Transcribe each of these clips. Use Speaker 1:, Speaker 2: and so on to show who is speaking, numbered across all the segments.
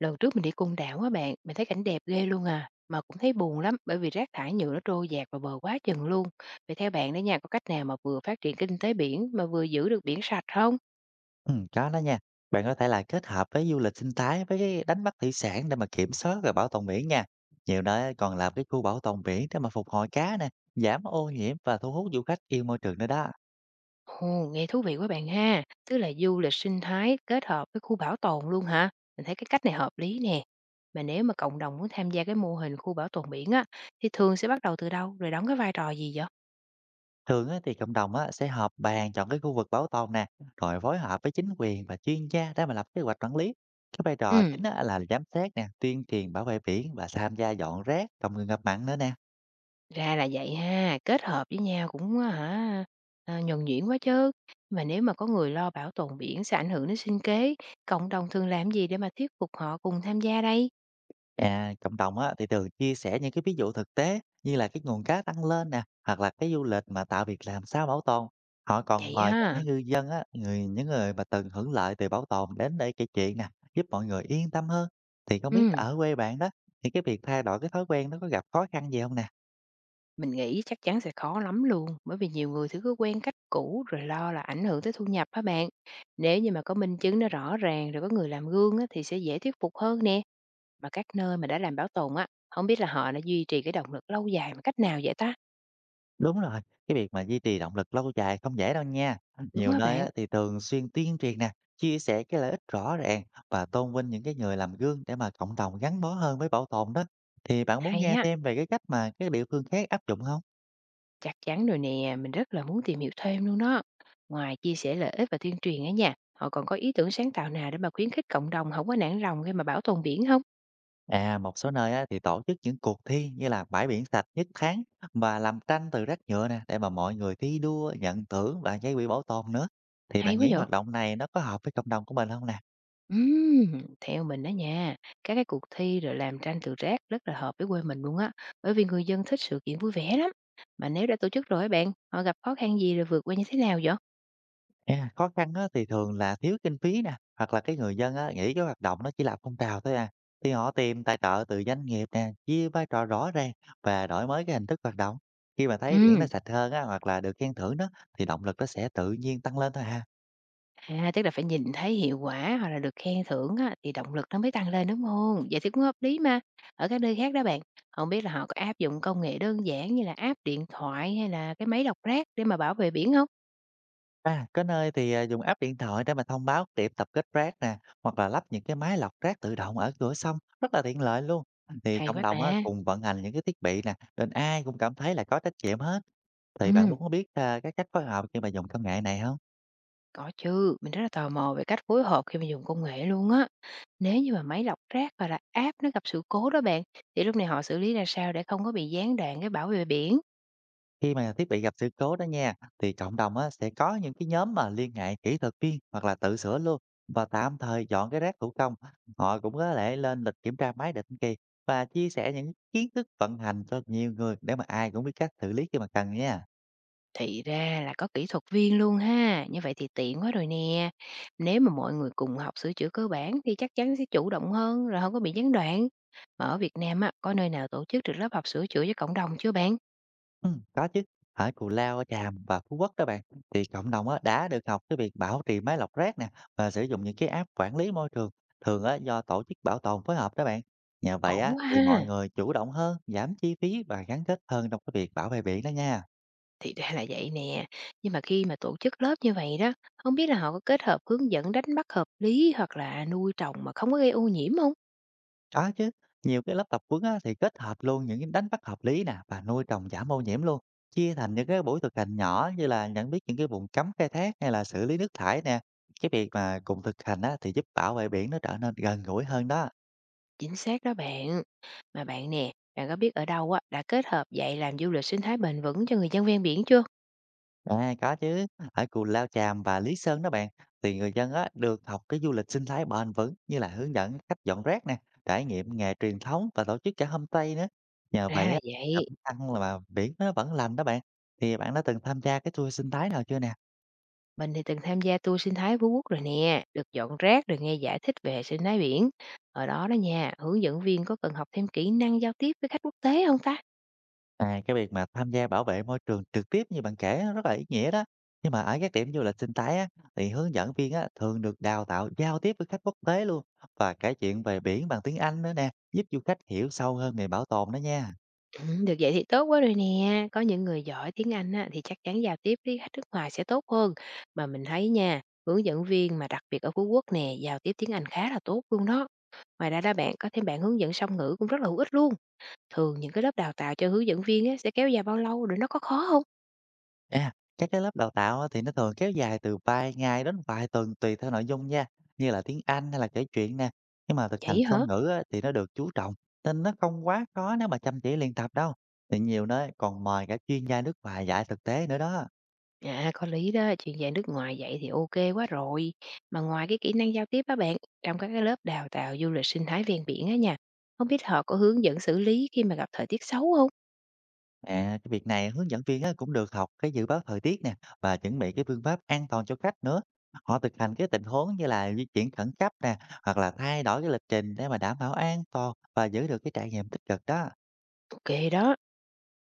Speaker 1: Lần trước mình đi Côn Đảo á bạn, mình thấy cảnh đẹp ghê luôn à, mà cũng thấy buồn lắm bởi vì rác thải nhựa nó trôi dạt vào bờ quá chừng luôn. Vậy theo bạn đó nha, có cách nào mà vừa phát triển kinh tế biển mà vừa giữ được biển sạch không?
Speaker 2: Có đó nha. Bạn có thể là kết hợp với du lịch sinh thái với cái đánh bắt thủy sản để mà kiểm soát và bảo tồn biển nha. Nhiều nơi còn làm cái khu bảo tồn biển để mà phục hồi cá nè, giảm ô nhiễm và thu hút du khách yêu môi trường nữa đó.
Speaker 1: Ồ, nghe thú vị quá bạn ha, tức là du lịch sinh thái kết hợp với khu bảo tồn luôn hả? Mình thấy cái cách này hợp lý nè. Mà nếu mà cộng đồng muốn tham gia cái mô hình khu bảo tồn biển á, thì thường sẽ bắt đầu từ đâu rồi đóng cái vai trò gì vậy?
Speaker 2: Thường á, thì cộng đồng á, sẽ họp bàn chọn cái khu vực bảo tồn nè, rồi phối hợp với chính quyền và chuyên gia để mà lập kế hoạch quản lý. Cái vai trò
Speaker 1: Ừ.
Speaker 2: chính á, là giám sát nè, tuyên truyền bảo vệ biển và tham gia dọn rác, phòng ngừa ngập mặn nữa nè.
Speaker 1: Ra là vậy ha, kết hợp với nhau cũng á hả, ờ, nhuần nhuyễn quá chứ. Mà nếu mà có người lo bảo tồn biển sẽ ảnh hưởng đến sinh kế, cộng đồng thường làm gì để mà thuyết phục họ cùng tham gia đây?
Speaker 2: À, cộng đồng á, thì thường chia sẻ những cái ví dụ thực tế như là cái nguồn cá tăng lên nè hoặc là cái du lịch mà tạo việc làm sao bảo tồn, họ còn
Speaker 1: Vậy
Speaker 2: mời cả
Speaker 1: ha.
Speaker 2: ngư dân á, những người mà từng hưởng lợi từ bảo tồn đến để kể chuyện nè, giúp mọi người yên tâm hơn. Thì không biết
Speaker 1: Ừm,
Speaker 2: ở quê bạn đó, thì cái việc thay đổi cái thói quen nó có gặp khó khăn gì không nè?
Speaker 1: mình nghĩ chắc chắn sẽ khó lắm luôn, bởi vì nhiều người thì cứ quen cách cũ rồi lo là ảnh hưởng tới thu nhập á bạn. Nếu như mà có minh chứng nó rõ ràng rồi có người làm gương á, thì sẽ dễ thuyết phục hơn nè. Mà các nơi mà đã làm bảo tồn á, không biết là họ đã duy trì cái động lực lâu dài bằng cách nào vậy ta?
Speaker 2: Đúng rồi, cái việc mà duy trì động lực lâu dài không dễ đâu nha.
Speaker 1: Đúng
Speaker 2: Nhiều
Speaker 1: á
Speaker 2: nơi
Speaker 1: bạn,
Speaker 2: á, thì thường xuyên tuyên truyền nè, chia sẻ cái lợi ích rõ ràng và tôn vinh những cái người làm gương để mà cộng đồng gắn bó hơn với bảo tồn đó. Thì bạn muốn
Speaker 1: hay
Speaker 2: nghe
Speaker 1: á.
Speaker 2: thêm về cái cách mà các địa phương khác áp dụng không?
Speaker 1: Chắc chắn rồi nè, mình rất là muốn tìm hiểu thêm luôn đó. Ngoài chia sẻ lợi ích và tuyên truyền á nha, họ còn có ý tưởng sáng tạo nào để mà khuyến khích cộng đồng không có nản lòng khi mà bảo tồn biển không?
Speaker 2: À, một số nơi á, thì tổ chức những cuộc thi như là bãi biển sạch nhất tháng và làm tranh từ rác nhựa nè để mà mọi người thi đua, nhận thưởng và gây quỹ bảo tồn nữa. Thì bạn
Speaker 1: Hay quá
Speaker 2: nghĩ
Speaker 1: vậy.
Speaker 2: hoạt động này nó có hợp với cộng đồng của mình không nè?
Speaker 1: Theo mình đó nha, các cái cuộc thi rồi làm tranh từ rác rất là hợp với quê mình luôn á, bởi vì người dân thích sự kiện vui vẻ lắm. Mà nếu đã tổ chức rồi á bạn, họ gặp khó khăn gì rồi vượt qua như thế nào vậy?
Speaker 2: À, khó khăn á, thì thường là thiếu kinh phí nè, hoặc là cái người dân á, nghĩ cái hoạt động nó chỉ là phong trào thôi à. Thì họ tìm tài trợ từ doanh nghiệp nè, chia vai trò rõ ràng và đổi mới cái hình thức hoạt động. Khi mà thấy biển nó sạch hơn á, hoặc là được khen thưởng đó, thì động lực nó sẽ tự nhiên tăng lên thôi à.
Speaker 1: À, tức là phải nhìn thấy hiệu quả hoặc là được khen thưởng á, thì động lực nó mới tăng lên, đúng không? Vậy thì cũng hợp lý mà. Ở các nơi khác đó bạn, không biết là họ có áp dụng công nghệ đơn giản như là app điện thoại hay là cái máy đọc rác để mà bảo vệ biển không?
Speaker 2: À, có nơi thì à, dùng app điện thoại để mà thông báo điểm tập kết rác nè, hoặc là lắp những cái máy lọc rác tự động ở cửa sông, rất là tiện lợi luôn. Thì
Speaker 1: Hay
Speaker 2: cộng
Speaker 1: quá
Speaker 2: đồng á,
Speaker 1: ta!
Speaker 2: cùng vận hành những cái thiết bị nè, nên ai cũng cảm thấy là có trách nhiệm hết. Thì bạn
Speaker 1: Ừm,
Speaker 2: muốn biết à, cái cách phối hợp khi mà dùng công nghệ này không?
Speaker 1: có chứ, mình rất là tò mò về cách phối hợp khi mà dùng công nghệ luôn á. Nếu như mà máy lọc rác hoặc là app nó gặp sự cố đó bạn, thì lúc này họ xử lý ra sao để không có bị gián đoạn cái bảo vệ biển?
Speaker 2: Khi mà thiết bị gặp sự cố đó nha, thì cộng đồng á, sẽ có những cái nhóm mà liên ngại kỹ thuật viên hoặc là tự sửa luôn và tạm thời dọn cái rác thủ công. Họ cũng có thể lên lịch kiểm tra máy định kỳ và chia sẻ những kiến thức vận hành cho nhiều người để mà ai cũng biết cách xử lý khi mà cần nha.
Speaker 1: Thì ra là có kỹ thuật viên luôn ha, như vậy thì tiện quá rồi nè. Nếu mà mọi người cùng học sửa chữa cơ bản thì chắc chắn sẽ chủ động hơn rồi không có bị gián đoạn. Mà ở Việt Nam á, có nơi nào tổ chức được lớp học sửa chữa cho cộng đồng chưa bạn?
Speaker 2: Có chứ. Ở Cù Lao, ở Tràm và Phú Quốc các bạn, thì cộng đồng á đã được học cái việc bảo trì máy lọc rác nè và sử dụng những cái app quản lý môi trường, thường á do tổ chức bảo tồn phối hợp đó bạn. Nhờ vậy
Speaker 1: Ổn
Speaker 2: á
Speaker 1: quá
Speaker 2: thì mọi
Speaker 1: ha.
Speaker 2: người chủ động hơn, giảm chi phí và gắn kết hơn trong cái việc bảo vệ biển đó nha.
Speaker 1: Thì ra là vậy nè. Nhưng mà khi mà tổ chức lớp như vậy đó, không biết là họ có kết hợp hướng dẫn đánh bắt hợp lý hoặc là nuôi trồng mà không có gây ô nhiễm không?
Speaker 2: Có chứ, nhiều cái lớp tập huấn á, thì kết hợp luôn những cái đánh bắt hợp lý nè và nuôi trồng giảm ô nhiễm luôn. Chia thành những cái buổi thực hành nhỏ như là nhận biết những cái vùng cấm khai thác hay là xử lý nước thải nè. Cái việc mà cùng thực hành á, thì giúp bảo vệ biển nó trở nên gần gũi hơn đó.
Speaker 1: Chính xác đó bạn. Mà bạn nè, bạn có biết ở đâu á, đã kết hợp dạy làm du lịch sinh thái bền vững cho người dân ven biển chưa?
Speaker 2: À, có chứ, ở Cù Lao Chàm và Lý Sơn đó bạn, thì người dân á được học cái du lịch sinh thái bền vững như là hướng dẫn cách dọn rác nè, trải nghiệm nghề truyền thống và tổ chức cả homestay nữa. Nhờ
Speaker 1: Ra
Speaker 2: vậy á,
Speaker 1: là
Speaker 2: đậm
Speaker 1: vậy.
Speaker 2: ăn là mà biển nó vẫn lành đó bạn. Thì bạn đã từng tham gia cái tour sinh thái nào chưa nè?
Speaker 1: Mình thì từng tham gia tour sinh thái Phú Quốc rồi nè, được dọn rác rồi nghe giải thích về hệ sinh thái biển. Ở đó đó nha, hướng dẫn viên có cần học thêm kỹ năng giao tiếp với khách quốc tế không ta?
Speaker 2: À, cái việc mà tham gia bảo vệ môi trường trực tiếp như bạn kể á, rất là ý nghĩa đó. Nhưng mà ở các điểm du lịch sinh thái á, thì hướng dẫn viên á, thường được đào tạo giao tiếp với khách quốc tế luôn và kể chuyện về biển bằng tiếng Anh nữa nè, giúp du khách hiểu sâu hơn nghề bảo tồn đó nha.
Speaker 1: Ừ, được vậy thì tốt quá rồi nè. Có những người giỏi tiếng Anh á, thì chắc chắn giao tiếp với khách nước ngoài sẽ tốt hơn. Mà mình thấy nha, hướng dẫn viên mà đặc biệt ở Phú Quốc nè, giao tiếp tiếng Anh khá là tốt luôn đó. Ngoài ra đó bạn, có thêm bạn hướng dẫn song ngữ cũng rất là hữu ích luôn. Thường những cái lớp đào tạo cho hướng dẫn viên á, sẽ kéo dài bao lâu rồi nó có khó không?
Speaker 2: À, các cái lớp đào tạo á thì nó thường kéo dài từ vài ngày đến vài tuần tùy theo nội dung nha, như là tiếng Anh hay là kể chuyện nè. Nhưng mà thực hành
Speaker 1: Vậy
Speaker 2: song
Speaker 1: hả?
Speaker 2: ngữ á, thì nó được chú trọng, nên nó không quá khó nếu mà chăm chỉ luyện tập đâu. Thì nhiều nơi còn mời cả chuyên gia nước ngoài dạy thực tế nữa đó.
Speaker 1: À, có lý đó, chuyện dạy nước ngoài vậy thì ok quá rồi. Mà ngoài cái kỹ năng giao tiếp á bạn, trong các cái lớp đào tạo du lịch sinh thái ven biển á nha, không biết họ có hướng dẫn xử lý khi mà gặp thời tiết xấu không?
Speaker 2: À, cái việc này hướng dẫn viên á, cũng được học cái dự báo thời tiết nè và chuẩn bị cái phương pháp an toàn cho khách nữa. Họ thực hành cái tình huống như là di chuyển khẩn cấp nè, hoặc là thay đổi cái lịch trình để mà đảm bảo an toàn và giữ được cái trải nghiệm tích cực đó.
Speaker 1: Ô đó.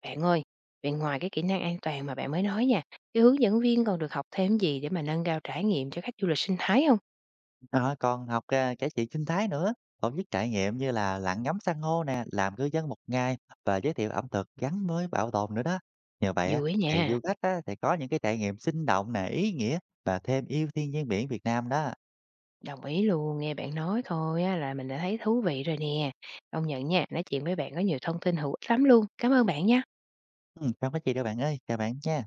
Speaker 1: Bạn ơi, vậy ngoài cái kỹ năng an toàn mà bạn mới nói nha, cái hướng dẫn viên còn được học thêm gì để mà nâng cao trải nghiệm cho khách du lịch sinh thái không?
Speaker 2: Đó, còn học, cải thiện sinh thái nữa, còn giúp trải nghiệm như là lặn ngắm san hô nè, làm cư dân một ngày và giới thiệu ẩm thực gắn với bảo tồn nữa đó. Nhờ vậy á,
Speaker 1: Vui á nha,
Speaker 2: thì du khách á, thì có những cái trải nghiệm sinh động nè, ý nghĩa và thêm yêu thiên nhiên biển Việt Nam đó.
Speaker 1: đồng ý luôn, nghe bạn nói thôi á là mình đã thấy thú vị rồi nè. Công nhận nha, nói chuyện với bạn có nhiều thông tin hữu ích lắm luôn. Cảm ơn bạn nha.
Speaker 2: Không có gì đâu bạn ơi, chào bạn nha.